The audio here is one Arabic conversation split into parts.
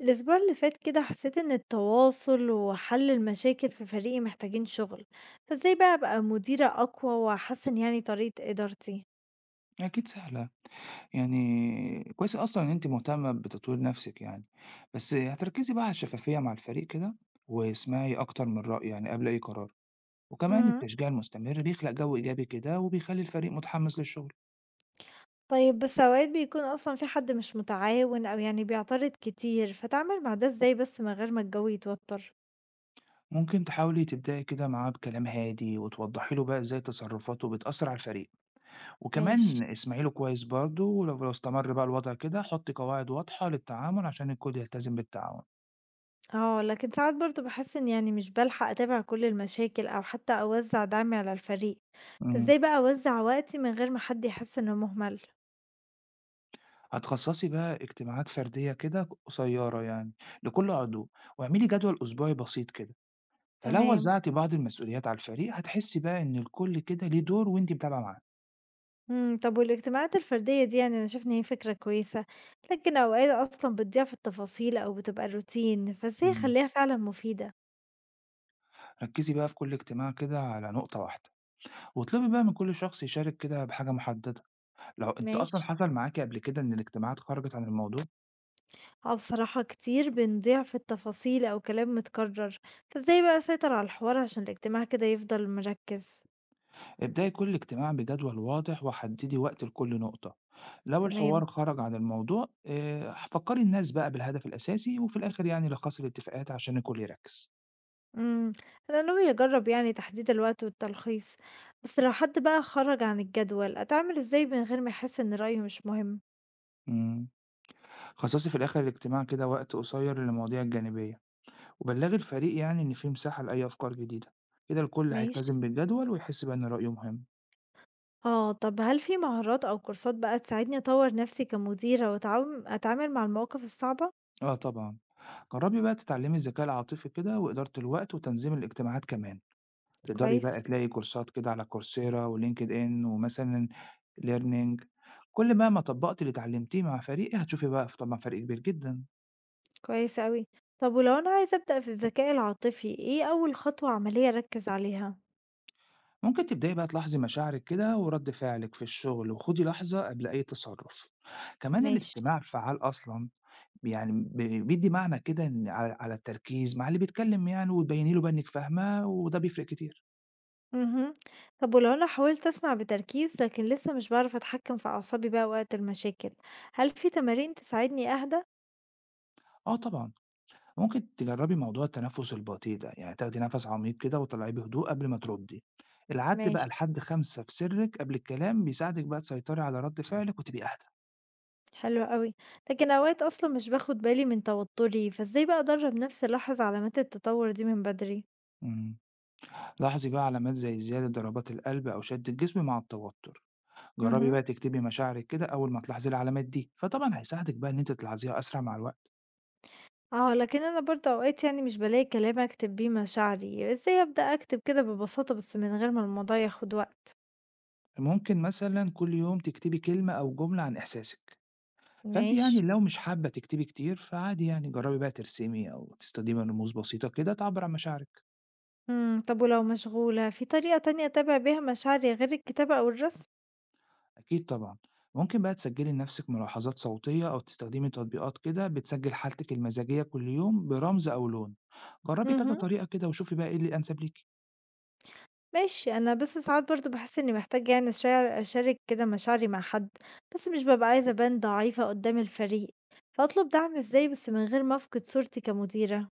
الأسبوع اللي فات كده حسيت إن التواصل وحل المشاكل في فريقي محتاجين شغل. فازاي بقى أبقى مديرة أقوى وأحسن يعني طريقة إدارتي؟ أكيد سهلة، يعني كويس أصلًا إن أنتِ مهتمة بتطوير نفسِك يعني، بس هتركّزي بقى على الشفافية مع الفريق كده، واسمعي أكتر من رأي يعني قبل أي قرار، وكمان مم. التشجيع المستمر بيخلق جو إيجابي كده وبيخلّي الفريق متحمّس للشغل، طيب بس أوقات بيكون أصلا في حد مش متعاون أو يعني بيعترض كتير، فتعامل مع ده ازاي بس من غير ما الجو يتوتر؟ ممكن تحاولي تبدئي كده معاه بكلام هادي وتوضّحي له بقى إزاي تصرفاته بتأثّر على الفريق، ماشي. وكمان اسمعي له كويس برضه ولو استمر بقى الوضع كده حُطّي قواعد واضحة للتعامل عشان الكل يلتزم بالتعاون. اه، لكن ساعات برضو بحس إن يعني مش بلحق أتابع كل المشاكل أو حتى أوزع دعمي على الفريق. إمم. فازاي بقى أوزع وقتي من غير ما حد يحس إنه مهمل؟ هتخصصي بقى اجتماعات فردية كده قصيرة يعني لكل عضو واعملي جدول أسبوعي بسيط كده فلو تمام. وزعتي بعض المسؤوليات على الفريق هتحسي بقى إن الكل كده ليه دور وإنتي متابعة معاه. إمم، طب والاجتماعات الفردية دي يعني أنا شايفة إن هي فكرة كويسة، لكن أوقات أصلًا بتضيع في التفاصيل أو بتبقى الروتين، فإزاي مم. أخلّيها فعلًا مفيدة؟ ركزي بقى في كل اجتماع كده على نقطة واحدة واطلبي بقى من كل شخص يشارك كده بحاجة محددة لو أنت أصلا ماشي. حصل معاكي قبل كده إن الاجتماعات خرجت عن الموضوع. آه، بصراحة كتير بنضيع في التفاصيل أو كلام متكرر، فإزاي بقى أسيطر على الحوار عشان الاجتماع كده يفضل مركّز؟ ابدأي كل اجتماع بجدول واضح وحددي وقت لكل نقطة. لو الحوار تمام، خرج عن الموضوع آه، فكري الناس بقى بالهدف الأساسي وفي الآخر يعني لخصي الاتفاقات عشان الكل يركز. إمم، أنا ناوية أجرّب يعني تحديد الوقت والتلخيص، بس لو حد بقى خرج عن الجدول أتعامل إزاي من غير ما يحس إن رأيه مش مهم؟ مم. خصصي في الآخر الاجتماع كده وقت قصير للمواضيع الجانبية وبلغي الفريق يعني إن في مساحة لأي أفكار جديدة كده الكل ماشي. هيلتزم بالجدول ويحس بقى إن رأيه مهم. آه، طب هل في مهارات أو كورسات بقى تساعدني أطوّر نفسي كمديرة وأتعاوم أتعامل مع المواقف الصعبة؟ آه طبعا. جربي بقى تتعلمي الذكاء العاطفي كده وإدارة الوقت وتنظيم الاجتماعات كمان تقدري بقى كويس، تلاقي كورسات كده على كورسيرا وLinkedIn ومثلًا learning. كل بقى ما طبّقتي اللي اتعلمتيه مع فريق هتشوفي بقى ف طبعًا فرق كبير جدًا، كويس أوي. طب ولو أنا عايزة أبدأ في الذكاء العاطفي، إيه أول خطوة عملية أركّز عليها؟ ممكن تبدئي بقى تلاحظي مشاعرِك كده ورد فعلِك في الشغل وخُدي لحظة قبل أي تصرُّف، كمان ماشي. الاستماع الفعّال أصلًا يعني بيدّي معنى كده إن على التركيز مع اللي بيتكلم يعني وتبيّني له بقى إنِّك فاهماه وده بيفرق كتير. اهم. طب ولو أنا حاولت أسمع بتركيز لكن لسه مش باعرف أتحكم في أعصابي بقى وقت المشاكل، هل في تمارين تساعدني أهدى؟ آه طبعًا. ممكن تجربي موضوع التنفس البطيء ده يعني تاخدي نفس عميق كده وتطلعيه بهدوء قبل ما تردي. العد بقى ماشي، لحد خمسة في سرك قبل الكلام بيساعدك بقى تسيطري على رد فعلك وتبقي أهدى. حلو أوي. لكن أوقات أصلًا مش باخد بالي من توتري، فإزاي بقى أدرّب نفسي ألاحظ علامات التطوّر دي من بدري؟ مم. لاحظي بقى علامات زي زيادة ضربات القلب أو شد الجسم مع التوتر. جربي اهم. بقى تكتبي مشاعرك كده أول ما تلاحظي العلامات دي فطبعا هيساعدك بقى إن أنت تلاحظيها أسرع مع الوقت. آه، لكن أنا برضه أوقات يعني مش بالاقي كلام أكتب بيه مشاعري، إزاي أبدأ أكتب كده ببساطة بس من غير ما الموضوع ياخد وقت؟ ممكن مثلا كل يوم تكتبي كلمة أو جملة عن إحساسك. فأنت ماشي، يعني لو مش حابة تكتبي كتير فعادي يعني جربي بقى ترسمي أو تستخدمي رموز بسيطة كده تعبر عن مشاعرك. إمم، طب ولو مشغولة في طريقة تانية أتابع بيها مشاعري غير الكتابة أو الرسم؟ أكيد طبعًا، ممكن بقى تسجّلي لنفسِك ملاحظات صوتية أو تستخدمي تطبيقات كده بتسجّل حالتِك المزاجية كل يوم برمز أو لون، جرّبي كذا اهم، طريقة كده وشوفي بقى إيه اللي أنسب ليكِ. ماشي، أنا بس ساعات برضه باحس إني محتاجة يعني أشارك كده مشاعري مع حد، بس مش بابقى عايزة أبان ضعيفة قدام الفريق، فأطلب دعم إزاي بس من غير ما أفقد صورتي كمديرة؟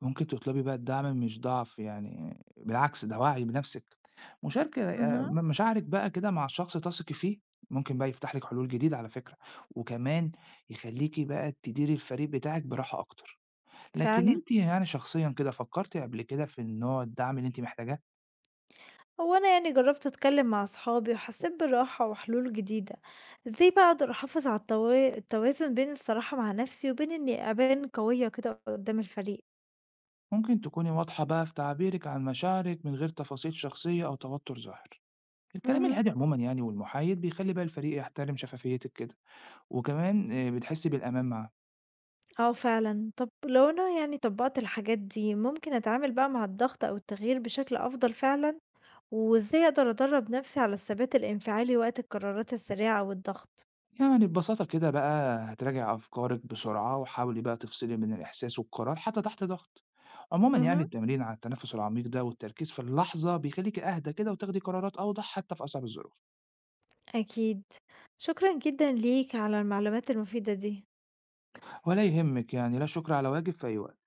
ممكن تطلبي بقى الدعم مش ضعف يعني بالعكس ده وعي بنفسِك، مشاركة اهم، م مشاعرِك بقى كده مع شخص تثقي فيه ممكن بقى يفتح لِك حلول جديدة على فكرة، وكمان يخلّيكِ بقى تديري الفريق بتاعِك براحة أكتر، لكن فعلًا. أنتِ يعني شخصيًا كده فكّرتِ قبل كده في النوع الدعم اللي أنتِ محتاجاه؟ هو أنا يعني جرّبت أتكلّم مع أصحابي وحسّيت بالراحة وحلول جديدة، إزاي بقى أقدر أحافظ على التوازن بين الصراحة مع نَفْسي وبين إنّي أبان قوية كده قُدّام الفريق؟ ممكن تكوني واضحة بقى في تعبيرك عن مشاعرك من غير تفاصيل شخصية أو توتر ظاهر. الكلام اهم، الهادي عموما يعني والمحايد بيخلي بقى الفريق يحترم شفافيتك كده وكمان آه، بتحسي بالأمان معاه. آه فعلًا، طَب لو أنا يعني طبّقت الحاجات دي ممكن أتعامل بقى مع الضغط أو التغيير بشكل أفضل فعلًا؟ وإزاي أقدر أدرّب نَفْسي على الثبات الانفعالي وقت القرارات السريعة والضغط؟ يعني ببساطة كده بقى هتراجع أفكارك بسرعة وحاولي بقى تفصلي بين الإحساس والقرار حتى تحت ضغط. عموما يعني اهم، التمرين على التنفس العميق ده والتركيز في اللحظة بيخليك أهدى كده وتاخدي قرارات أوضح حتى في أصعب الظروف. أكيد، شكرًا جدًا ليك على المعلومات المفيدة دي. ولا يهمك يعني لا شكر على واجب في أي وقت.